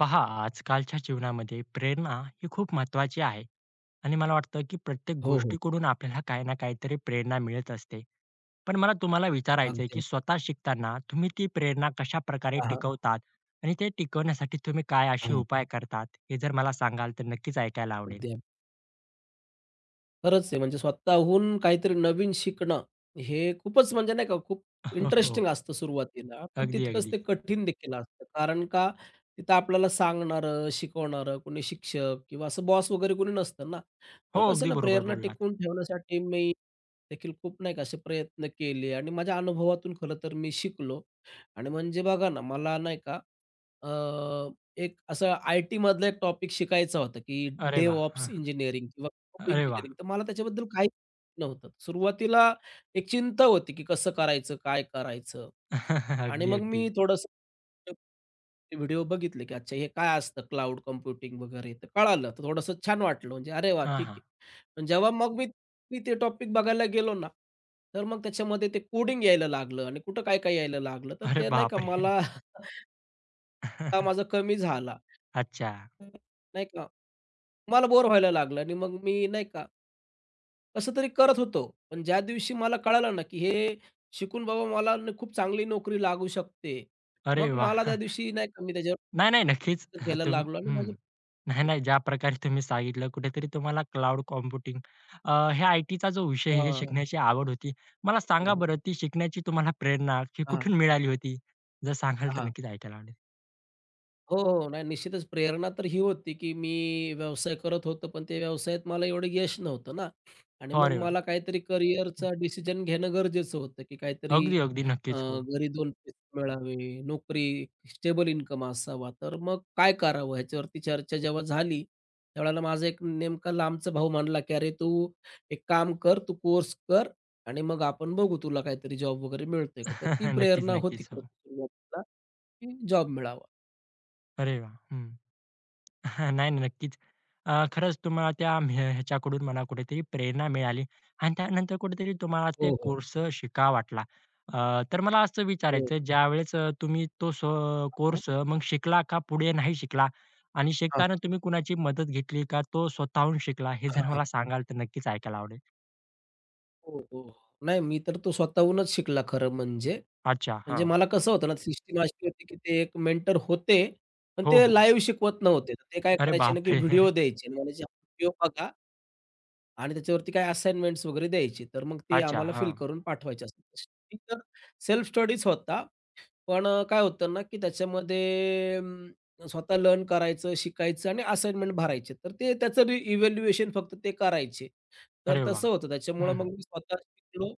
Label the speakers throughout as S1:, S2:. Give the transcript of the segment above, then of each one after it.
S1: पहा, आजकालच्या जीवनामध्ये प्रेरणा ही खूप महत्त्वाची आहे आणि मला वाटतं, की प्रत्येक
S2: हो, हो.
S1: गोष्टीकडून आपल्याला काही ना काहीतरी प्रेरणा मिळत असते. पण मला तुम्हाला विचारायचं आहे, की
S2: अगदी.
S1: स्वतः शिकताना तुम्ही ती प्रेरणा कशाप्रकारे
S2: हां, हां.
S1: टिकवतात आणि ते टिकवण्यासाठी तुम्ही काय असे
S2: हां,
S1: उपाय करतात? हे जर मला सांगाल तर नक्कीच ऐकायला आवडेल.
S2: अगदी. खरंच आहे. म्हणजे स्वतःहून काहीतरी नवीन शिकणं हे खूपच म्हणजे नाही का खूप
S1: हो, हो.
S2: इंटरेस्टिंग असतं सुरुवातीला, पण
S1: अगदी,
S2: तितकंच
S1: अगदी.
S2: ते कठीण देखील असतं. कारण का तिथं आपल्याला सांगणारं, शिकवणारं कोणी शिक्षक किंवा असं बॉस वगैरे कोणी नसतं ना.
S1: हो,
S2: तर कसं
S1: अगदी
S2: ना
S1: बरोबर
S2: प्रेरणा
S1: बोललात.
S2: टिकवून ठेवण्यासाठी मी देखील खूप नाही का असे प्रयत्न केले आणि माझ्या अनुभवातून खरं तर मी शिकलो. आणि म्हणजे बघा ना मला नाही का अ, एक असं आय-टी मधला एक टॉपिक शिकायचा होता, की
S1: अरे वाह!
S2: DevOps
S1: हं,
S2: इंजिनिअरिंग होम
S1: अरे वाह!
S2: इंजिनिअरिंग. तर मला त्याच्याबद्दल काही नव्हतं. सुरुवातीला एक चिंता होती, की कसं करायचं, काय करायचं? आणि
S1: अगदी,
S2: मग
S1: अगदी.
S2: मी थोडंसं व्हिडिओ बघितले, की अच्छा हे काय असतं क्लाउड कम्प्युटिंग वगैरे. तर कळालं. तर थोडंसं छान वाटलं म्हणजे अरे वा
S1: हां,
S2: ठीक
S1: हां.
S2: आहे. पण जेव्हा मग मी मी ते टॉपिक बघायला गेलो ना, तर मग त्याच्यामध्ये ते कोडिंग यायला लागलं आणि कुठं काय-काय यायला लागलं. तर
S1: अरे
S2: ते नाही का
S1: बापरे!
S2: मला हा माझा कमी झाला.
S1: अच्छा.
S2: नाही का? मला बोर व्हायला लागलं आणि मग मी नाही का कसं तरी करत होतो. पण ज्या दिवशी मला कळालं ना, की हे शिकून बाबा मला न खूप चांगली नोकरी लागू शकते.
S1: अरे
S2: मग मला
S1: वाह!
S2: त्या दिवशी नाही का मी
S1: नाही, नाही. नक्कीच.
S2: त्याच्यावर घ्यायला
S1: तुम
S2: लागलो आणि माझे
S1: हं. नाही, नाही. ज्या प्रकारे तुम्ही सांगितलं कुठेतरी तुम्हाला क्लाउड कॉम्प्युटिंग हे आयटीचा जो विषय आहे, हे
S2: हां.
S1: शिकण्याची आवड होती. मला
S2: हो,
S1: सांगा बरं
S2: हो.
S1: ती शिकण्याची तुम्हाला प्रेरणा ही
S2: हां,
S1: कुठून मिळाली होती? जर सांगाल तर
S2: हां.
S1: नक्कीच ऐकायला आवडेल.
S2: हो, हो. हो. नाही निश्चितच प्रेरणा तर ही होती, की मी व्यवसाय करत होतो, पण त्या व्यवसायात मला एवढं यश नव्हतं ना आणि
S1: हो,
S2: मग
S1: अरे वाह!
S2: मला काहीतरी करिअरचा डिसिजन घेणं गरजेचं होतं, की काहीतरी
S1: अगदी, अगदी. नक्कीच. हो.
S2: घरी 2 पैसे मिळावे, नोकरी, स्टेबल इन्कम असावा. तर मग काय करावं ह्याच्यावरती चर्चा जेव्हा झाली, त्यावेळेला माझा एक नेमका लांबचा भाऊ म्हणला, की "अरे तू एक काम कर, तू कोर्स कर आणि मग आपण बघू तुला काहीतरी जॉब वगैरे मिळतोय का?" तर ती
S1: नक्कीच,
S2: प्रेरणा होती
S1: नक्कीच.
S2: खरं
S1: हो.
S2: तर सुरुवातीला, की जॉब मिळावा.
S1: अरे वाह! हं. हा, नाही, नाही, नक्कीच. खरंच तुम्हाला त्या ह्या ह्याच्याकडून मला कुठेतरी प्रेरणा मिळाली आणि त्यानंतर कुठेतरी तुम्हाला ते
S2: हो, हो.
S1: कोर्स शिकावा वाटला. अ, तर मला असं
S2: हो.
S1: विचारायचं आहे, ज्यावेळेस तुम्ही तो
S2: हां,
S1: कोर्स मग शिकला का पुढे नाही शिकला? आणि शिकताना तुम्ही कुणाची मदत घेतली का तो स्वतःहून शिकला? हे जर
S2: हां.
S1: मला सांगाल तर नक्कीच ऐकायला आवडेल.
S2: हो, हो. नाही मी तर तो स्वतःहूनच शिकला खरं म्हणजे.
S1: अच्छा.
S2: म्हणजे
S1: हां.
S2: मला कसं होतं ना सिस्टम अशी होती, की ते एक मेंटर होते, पण
S1: हो,
S2: ते
S1: हो.
S2: लाईव्ह शिकवत नव्हते. तर ते काय
S1: अरे
S2: करायचे ना, की
S1: बापरे!
S2: व्हिडिओ द्यायचे आणि म्हणायचे, "व्हिडिओ बघा" आणि त्याच्यावरती काही असाइनमेंट्स वगैरे द्यायचे. तर मग ते
S1: अच्छा.
S2: आम्हाला फिल
S1: हां.
S2: करून पाठवायचे असतात. तर सेल्फ स्टडीच होता. पण काय होतं ना, की त्याच्यामध्ये स्वतः लर्न करायचं, शिकायचं आणि असाइनमेंट भरायचे. तर ते त्याचं रि इव्हॅल्युएशन फक्त ते करायचे. तर
S1: अरे वाह!
S2: तसं होतं. त्याच्यामुळं मग
S1: हं,
S2: मी स्वतः शिकलो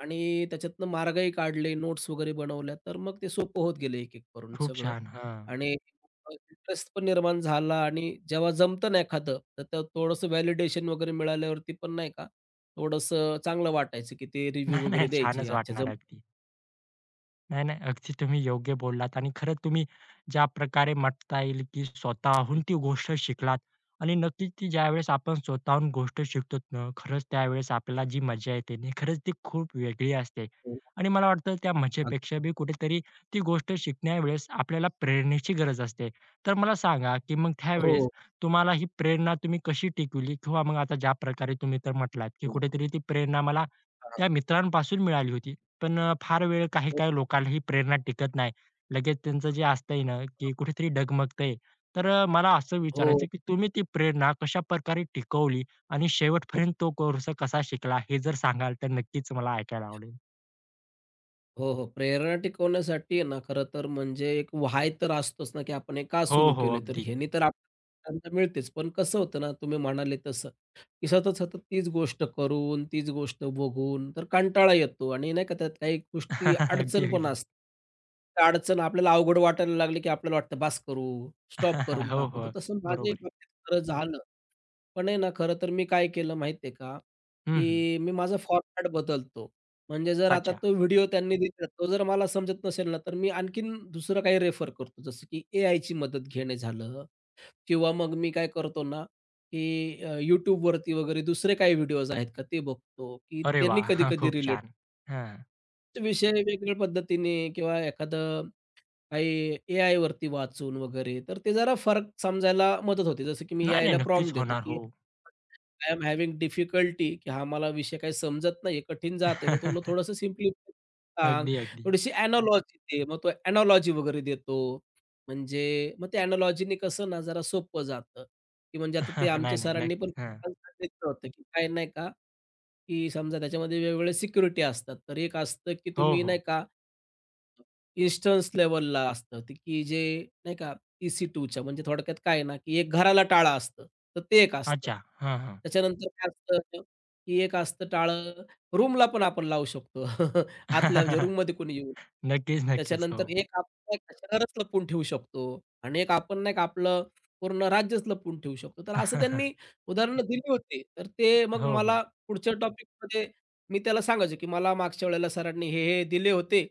S2: आणि त्याच्यातनं मार्गही काढले, नोट्स वगैरे बनवल्या. तर मग ते सोपं होत गेलं एक-एक करून
S1: खूप
S2: सगळं
S1: छान. हां.
S2: आणि इंटरेस्ट पण निर्माण झाला आणि जेव्हा जमतं ना एखादं, तर ते थोडंसं व्हॅलिडेशन वगैरे मिळाल्यावरती पण नाही का, थोडंसं चांगलं वाटायचं, की ते रिव्ह्यू
S1: नाही,
S2: वगैरे
S1: नाही.
S2: द्यायचे.
S1: छानच
S2: अच्छा
S1: वाटणार
S2: जमतंय.
S1: अगदी. नाही, नाही. अगदी तुम्ही योग्य बोललात आणि खरंच तुम्ही ज्या प्रकारे म्हणता येईल, की स्वतःहून ती गोष्ट शिकलात आणि नक्कीच ती ज्यावेळेस आपण स्वतःहून गोष्ट शिकतो ना, खरंच त्यावेळेस आपल्याला जी मजा येते ना, खरंच ती खूप वेगळी असते. आणि मला वाटतं त्या मजेपेक्षा बी कुठेतरी ती गोष्ट शिकण्यावेळेस आपल्याला प्रेरणेची गरज असते. तर मला सांगा, की मग
S2: हो.
S1: त्यावेळेस तुम्हाला ही प्रेरणा तुम्ही कशी टिकवली? किंवा मग आता ज्या प्रकारे तुम्ही तर म्हटलात, की
S2: हो.
S1: कुठेतरी ती प्रेरणा मला त्या मित्रांपासून मिळाली होती. पण फार वेळ
S2: हो,
S1: काही-काही लोकांना ही प्रेरणा टिकत नाही. लगेच त्यांचं जे असतंय ना, की कुठेतरी डगमगतंय. तर मला असं
S2: हो,
S1: विचारायचं की तुम्ही ती प्रेरणा कशाप्रकारे टिकवली आणि शेवटपर्यंत तो कोर्स कसा शिकला? हे जर सांगाल तर नक्कीच मला ऐकायला आवडेल.
S2: हो. हो. प्रेरणा टिकवण्यासाठी आहे ना, खरं तर म्हणजे एक व्हाय तर असतोच ना, की आपण हे का
S1: हो,
S2: सुरू
S1: हो.
S2: केलंय? तर
S1: अगदी.
S2: ह्यानी तर आपल्याला मिळतेच. पण कसं होतं ना, तुम्ही म्हणाले तसं, की सतत-सतत तीच गोष्ट करून, तीच गोष्ट बघून, तर कंटाळा येतो आणि नाही का त्यात काही गोष्टी
S1: अगदी,
S2: अडचण पण
S1: अगदी.
S2: असते. त्या अडचण आपल्याला अवघड वाटायला लागली, की आपल्याला वाटतं, "बास करू, स्टॉप करून
S1: हो,
S2: टाकू." तर
S1: हो.
S2: तसं
S1: बरोबर
S2: माझ्याही
S1: आहे.
S2: बाबतीत खरं झालं. पण आहे ना, खरं तर मी काय केलं माहिती आहे का,
S1: हं, हं.
S2: की मी माझा फॉरमॅट बदलतो. म्हणजे जर आता
S1: अच्छा.
S2: तो व्हिडिओ त्यांनी दिला, तो जर मला समजत नसेल ना, तर मी आणखीन दुसरं काही रेफर करतो. जसं की एआयची मदत घेणे झालं किंवा मग मी काय करतो ना, की YouTube वरती वगैरे दुसरे काही व्हिडिओज आहेत का ते बघतो, की
S1: अरे
S2: त्यांनी
S1: वाह! हां,
S2: कधी-कधी
S1: खूप
S2: रिलेट
S1: छान. हां.
S2: विषय वेगळ्या पद्धतीने किंवा एखादं काही एआयवरती वाचून वगैरे, तर ते जरा फरक समजायला मदत होते. जसं की मी
S1: नाही, नाही.
S2: एआयला
S1: नक्कीच
S2: प्रॉम्प्ट देतो,
S1: होणार.
S2: की
S1: हो.
S2: आय एम हॅव्हिंग डिफिकल्टी, की हा मला विषय काही समजत नाही, कठीण जातंय, तर तुला थोडंसं सिम्प्लिफाय सांग,
S1: अगदी, अगदी.
S2: थोडीशी एनालॉजी दे. मग तो एनालॉजी वगैरे देतो. म्हणजे मग ते एनालॉजीने कसं ना, जरा सोपं जातं, की म्हणजे आता ते
S1: नाही,
S2: आमच्या
S1: नाही.
S2: सरांनी पण
S1: नक्कीच. हां.
S2: सांगितलं होतं, की काय नाही का की समजा त्याच्यामध्ये वेगवेगळ्या सिक्युरिटी असतात. तर एक असतं की
S1: हो,
S2: तुम्ही नाही
S1: हो.
S2: का इन्स्टन्स लेव्हलला असतं ते की जे नाही का EC2च्या म्हणजे थोडक्यात काय आहे ना, की एक घराला टाळं असतं. तर ते एक असतं.
S1: अच्छा. हां, हां.
S2: त्याच्यानंतर काय असतं, की एक असतं टाळं रूमला पण आपण लावू शकतो. आतल्या म्हणजे रूममध्ये कोणी येऊ
S1: नक्कीच, नक्कीच. हो.
S2: त्याच्यानंतर एक आपण एक शहरच लपवून ठेवू शकतो आणि एक आपण नाही का आपलं पूर्ण राज्यच लपवून ठेवू शकतो. तर असं त्यांनी उदाहरणं दिली होती. तर ते मग
S1: हो, हो.
S2: मला पुढच्या टॉपिकमध्ये मी त्याला सांगायचो, की मला मागच्या वेळेला सरांनी हे दिले होते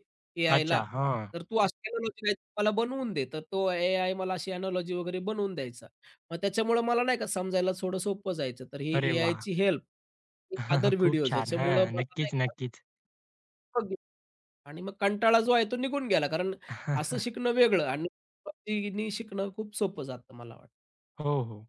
S1: अच्छा.
S2: एआयला,
S1: हां.
S2: तर तू अशी एनालॉजी काहीतरी मला बनवून दे. तर तो एआय मला अशी एनालॉजी वगैरे बनवून द्यायचा. मग त्याच्यामुळं मला नाही का समजायला थोडं सोपं जायचं. तर ही
S1: अरे वाह!
S2: एआयची हेल्प, अदर
S1: खूप
S2: व्हिडिओज
S1: छान.
S2: याच्यामुळं
S1: हां.
S2: मला नाही
S1: नक्कीच,
S2: का
S1: नक्कीच.
S2: सोपं गेलं. आणि मग कंटाळा जो आहे तो निघून गेला. कारण असं शिकणं वेगळं आणि टेक्नॉलॉजीनी शिकणं खूप सोपं जातं मला वाटतं.
S1: हो, हो.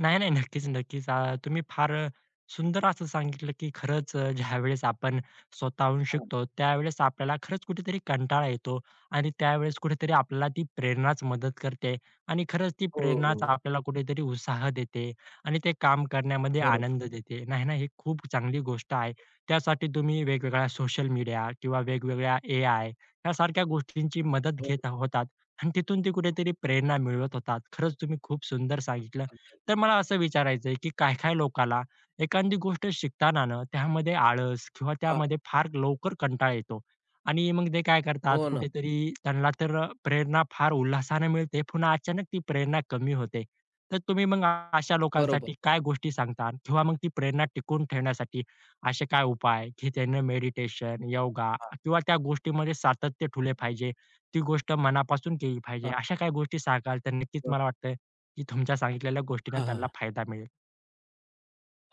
S1: नाही, नाही. नक्कीच, नक्कीच. तुम्ही फार सुंदर असं सांगितलं, की खरंच ज्यावेळेस आपण स्वतःहून
S2: हां.
S1: शिकतो, त्यावेळेस आपल्याला खरंच कुठेतरी कंटाळा येतो आणि त्यावेळेस कुठेतरी आपल्याला ती प्रेरणाच मदत करते आणि खरंच ती
S2: हो,
S1: प्रेरणाच
S2: हो,
S1: आपल्याला कुठेतरी उत्साह देते आणि ते काम करण्यामध्ये
S2: बरोबर.
S1: आनंद देते. नाही ना, ही खूप चांगली गोष्ट आहे. त्यासाठी तुम्ही वेगवेगळ्या सोशल मीडिया किंवा वेगवेगळ्या ए-आय यासारख्या गोष्टींची मदत
S2: हो,
S1: घेत होतात. आणि तिथून ते कुठेतरी प्रेरणा मिळवत होतात. खरंच तुम्ही खूप सुंदर सांगितलं.
S2: अगदी.
S1: तर मला असं विचारायचंय, की काही-काही लोकाला एखादी गोष्ट शिकताना ना, त्यामध्ये आळस किंवा
S2: हां,
S1: त्यामध्ये फार लवकर कंटाळा येतो आणि मग ते काय करतात,
S2: हो ना.
S1: कुठेतरी त्यांना तर प्रेरणा फार उल्हासाने मिळते, पुन्हा अचानक ती प्रेरणा कमी होते. तर तुम्ही मग अशा
S2: बरोबर.
S1: लोकांसाठी काय गोष्टी सांगता किंवा मग ती प्रेरणा टिकवून ठेवण्यासाठी असे काय उपाय, की त्यांनी मेडिटेशन, योगा
S2: हां,
S1: किंवा त्या गोष्टीमध्ये सातत्य ठेवले पाहिजे? ती गोष्ट मनापासून केली पाहिजे.
S2: हां,
S1: अशा काही गोष्टी सांगाल तर नक्कीच
S2: बरोबर.
S1: मला वाटतं, की तुमच्या सांगितलेल्या गोष्टींना
S2: हां,
S1: त्यांना
S2: हां.
S1: फायदा मिळेल.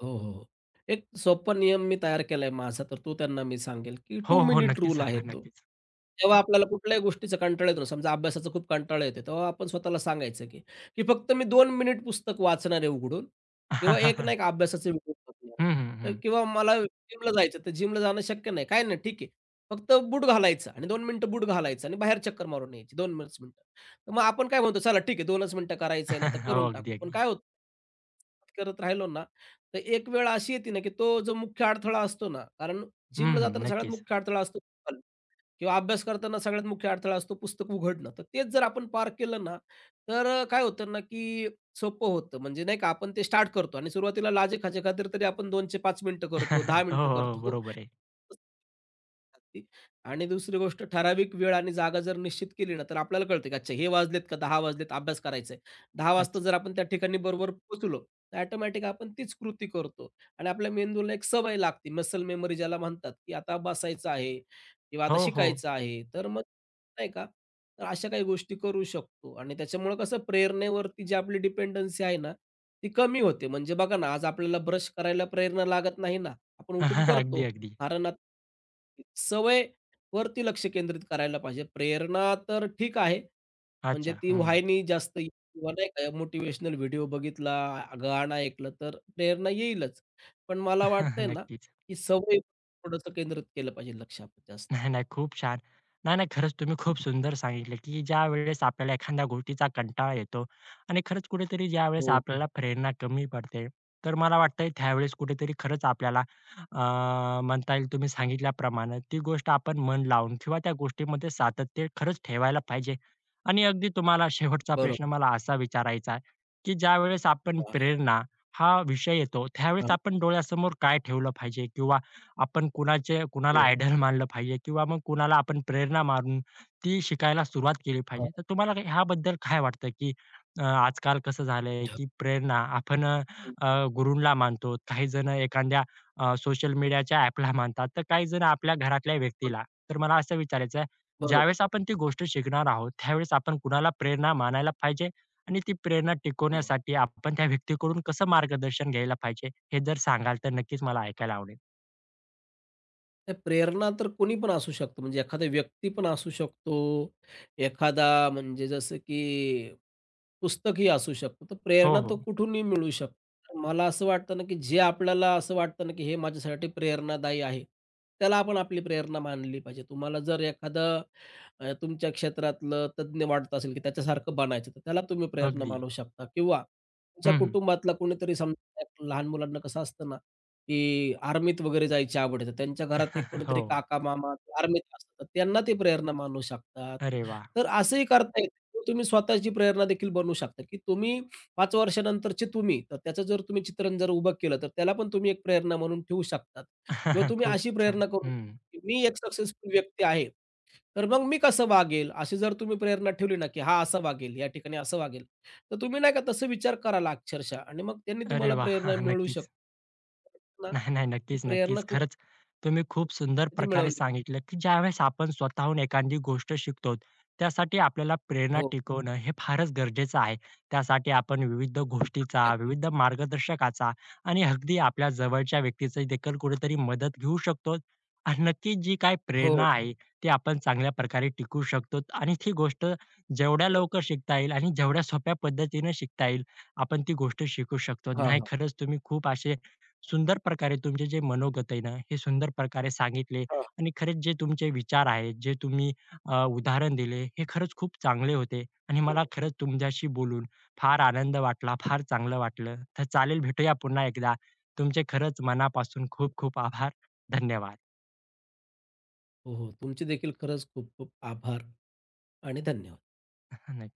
S2: हो, हो, हो. एक सोपा नियम मी तयार केलाय माझा, तर तो त्यांना मी सांगेल, की
S1: हो,
S2: 2
S1: हो.
S2: मिनिट
S1: नक्कीच
S2: रूल आहे
S1: सांगा,
S2: तो.
S1: नक्कीच.
S2: तेव्हा आपल्याला कुठल्याही गोष्टीचा कंटाळा येतो ना, समजा अभ्यासाचा खूप कंटाळा येतो, तेव्हा आपण स्वतःला सांगायचं, की की फक्त मी 2 मिनिट पुस्तक वाचणार आहे उघडून किंवा एक ना एक अभ्यासाचा व्हिडिओ बघणार आहे.
S1: हं, हं, हं.
S2: तर किंवा मला जिमला जायचं, तर जिमला जाणं शक्य नाही. काही नाही, ठीक आहे. फक्त बूट घालायचा आणि 2 मिनिटं बूट घालायचा आणि बाहेर चक्कर मारून यायची 2च मिनिटं. तर मग आपण काय म्हणतो, चला ठीक आहे 2च मिनिटं करायचंय ना, तर
S1: हो,
S2: करून
S1: अगदी,
S2: टाकू. पण
S1: अगदी.
S2: काय होतं, करत राहिलो ना, तर एक वेळ अशी येते ना, की तो जो मुख्य अडथळा असतो ना, कारण
S1: हं,
S2: जिमला
S1: हं.
S2: जाताना सगळ्यात
S1: नक्कीच.
S2: मुख्य अडथळा असतो मोबाईल किंवा अभ्यास करताना सगळ्यात मुख्य अडथळा असतो पुस्तक उघडणं. तर तेच जर आपण पार केलं ना, तर काय होतं ना, की सोपं होतं. म्हणजे नाही का आपण ते स्टार्ट करतो आणि सुरुवातीला लाजेखाच्या खातीर तरी आपण 2 पाच 5 मिनिटं करतो, 10
S1: हो, हो,
S2: मिनिटं
S1: हो,
S2: करतो.
S1: बरोबर आहे.
S2: आणि दुसरी गोष्ट ठराविक वेळ आणि जागा जर निश्चित केली ना, तर आपल्याला कळतं, की अच्छा हे वाजलेत का 10 वाजलेत अभ्यास करायचा आहे. 10 वाजता
S1: अच्छा.
S2: जर आपण त्या ठिकाणी बरोबर पोहोचलो तर ऑटोमॅटिक आपण तीच कृती करतो आणि आपल्या मेंदूला एक सवय लागते, मसल मेमरी ज्याला म्हणतात, की आता बसायचं आहे किंवा आता
S1: हो, हो.
S2: शिकायचं आहे. तर मग नाही का, तर अशा काही गोष्टी करू शकतो आणि त्याच्यामुळं कसं प्रेरणेवरती जी आपली डिपेंडन्सी आहे ना, ती कमी होते. म्हणजे बघा ना, आज आपल्याला ब्रश करायला प्रेरणा लागत नाही ना, आपण उठून
S1: अगदी,
S2: करतो.
S1: अगदी.
S2: कारण आता सवयवरती लक्ष केंद्रित करायला पाहिजे. प्रेरणा तर ठीक आहे, म्हणजे
S1: अच्छा.
S2: ती
S1: हं.
S2: वाहिनी जास्त किंवा नाही का मोटिव्हेशनल व्हिडिओ बघितला, गाणं ऐकलं तर प्रेरणा येईलच. पण मला वाटतंय ना,
S1: नक्कीच.
S2: की सवय थोडंसं केंद्रित केलं पाहिजे लक्ष आपलं जास्त.
S1: नाही, नाही. खूप छान. नाही, नाही. खरंच तुम्ही खूप सुंदर सांगितलं, की ज्यावेळेस आपल्याला एखाद्या गोष्टीचा कंटाळा येतो आणि खरंच कुठेतरी ज्यावेळेस हं.
S2: हो,
S1: आपल्याला प्रेरणा कमी पडते, तर मला वाटतंय त्यावेळेस कुठेतरी खरंच आपल्याला म्हणता येईल तुम्ही सांगितल्याप्रमाणे ती गोष्ट आपण मन लावून किंवा त्या गोष्टीमध्ये सातत्य खरंच ठेवायला पाहिजे. आणि अगदी तुम्हाला शेवटचा प्रश्न
S2: बरोबर.
S1: मला असा विचारायचा आहे, की ज्यावेळेस आपण
S2: हां,
S1: प्रेरणा हा विषय येतो, त्यावेळेस
S2: हां.
S1: आपण डोळ्यासमोर काय ठेवलं पाहिजे? किंवा आपण कुणाचे कुणाला
S2: हो,
S1: आयडॉल मानलं पाहिजे किंवा मग कुणाला आपण प्रेरणा मानून ती शिकायला सुरुवात केली
S2: हां.
S1: पाहिजे. तर तुम्हाला काय- ह्याबद्दल काय वाटतं, की आजकाल कसं झालंय, की प्रेरणा आपण अ,
S2: हं,
S1: अ, मानतो, काही जण एखाद्या सोशल मीडियाच्या ॲपला मानतात, तर काही जण आपल्या घरातल्या व्यक्तीला. तर मला असं विचारायचं आहे,
S2: बरोबर.
S1: ज्यावेळेस आपण ती गोष्ट शिकणार आहोत, त्यावेळेस आपण कुणाला प्रेरणा मानायला पाहिजे आणि ती प्रेरणा
S2: हो.
S1: टिकवण्यासाठी आपण त्या व्यक्तीकडून कसं मार्गदर्शन घ्यायला पाहिजे, हे जर सांगाल तर नक्कीच मला ऐकायला आवडेल.
S2: नाही, प्रेरणा तर कोणी पण असू शकतं. म्हणजे एखादा व्यक्ती पण असू शकतो, एखादा म्हणजे जसं की पुस्तकही असू शकतं. तर
S1: हो,
S2: प्रेरणा तर
S1: हो.
S2: कुठूनही मिळू शकते. तर मला असं वाटतं ना, की जे आपल्याला असं वाटतं ना, की हे माझ्यासाठी प्रेरणादायी आहे, त्याला आपण आपली प्रेरणा मानली पाहिजे. तुम्हाला जर एखादं तुमच्या क्षेत्रातलं तज्ञ वाटत असेल, की त्याच्यासारखं बनायचं, तर त्याला तुम्ही प्रेरणा
S1: अगदी.
S2: मानू शकता किंवा तुमच्या
S1: हं,
S2: कुटुंबातला कोणीतरी समजा लहान मुलांना कसं असतं ना की आर्मीत वगैरे जायचे आवडतं. त्यांच्या घरात एक
S1: हो.
S2: कोणीतरी काका-मामा आर्मीत असतात. तर त्यांना ते प्रेरणा मानू शकतात.
S1: अरे वाह!
S2: तर असंही करता येतं. किंवा तुम्ही स्वतःची प्रेरणा देखील बनवू शकता, की तुम्ही 5 वर्षानंतरचे तुम्ही, तर त्याचं जर तुम्ही चित्रण जर उभं केलं, तर त्याला पण तुम्ही एक प्रेरणा म्हणून ठेवू शकतात. किंवा तुम्ही
S1: खूप
S2: अशी
S1: छान.
S2: प्रेरणा करू
S1: हं.
S2: की मी एक सक्सेसफुल व्यक्ती आहे. तर मग मी कसं वागेल? अशी जर तुम्ही प्रेरणा ठेवली ना, की हा असा वागेल, या ठिकाणी असं वागेल. तर तुम्ही नाही का तसं विचार कराल अक्षरशः आणि मग त्यांनी
S1: अरे
S2: तुम्हाला
S1: वाह!
S2: प्रेरणा मिळू
S1: नक्कीच.
S2: शकते. ना,
S1: नाही, नाही.
S2: ही
S1: नक्कीच,
S2: प्रेरणा
S1: नक्कीच.
S2: कुठ
S1: खरंच तुम्ही खूप सुंदर
S2: ती
S1: प्रकारे
S2: मिळवली.
S1: सांगितलं, की ज्यावेळेस आपण स्वतःहून एखादी गोष्ट शिकतो, त्यासाठी आपल्याला प्रेरणा
S2: हो.
S1: टिकवणं हे फारच गरजेचं आहे. त्यासाठी आपण विविध
S2: अगदी,
S1: गोष्टीचा,
S2: अगदी.
S1: विविध मार्गदर्शकाचा आणि अगदी आपल्या जवळच्या व्यक्तीची देखील कुठेतरी मदत घेऊ शकतो. आणि नक्कीच जी काही
S2: हो,
S1: प्रेरणा आहे, ती आपण चांगल्या प्रकारे टिकवू शकतो आणि ती गोष्ट जेवढ्या
S2: बरोबर
S1: लवकर
S2: आहे.
S1: शिकता येईल आणि जेवढ्या सोप्या पद्धतीने शिकता येईल, आपण ती गोष्ट शिकू शकतो.
S2: हां,
S1: नाही,
S2: हां.
S1: खरंच तुम्ही खूप असे सुंदर प्रकारे तुमचे जे मनोगत आहे ना, हे सुंदर प्रकारे सांगितले
S2: हां.
S1: आणि खरंच जे तुमचे विचार आहेत, जे तुम्ही उदाहरण दिले, हे खरंच खूप चांगले होते आणि
S2: हो,
S1: मला
S2: हो.
S1: खरंच तुमच्याशी बोलून फार आनंद वाटला, फार चांगलं वाटलं. तर चालेल भेटूया पुन्हा एकदा. तुमचे खरंच मनापासून खूप खूप आभार. धन्यवाद.
S2: हो, हो. तुमचे देखील खरंच खूप खूप आभार आणि धन्यवाद.
S1: नक्की.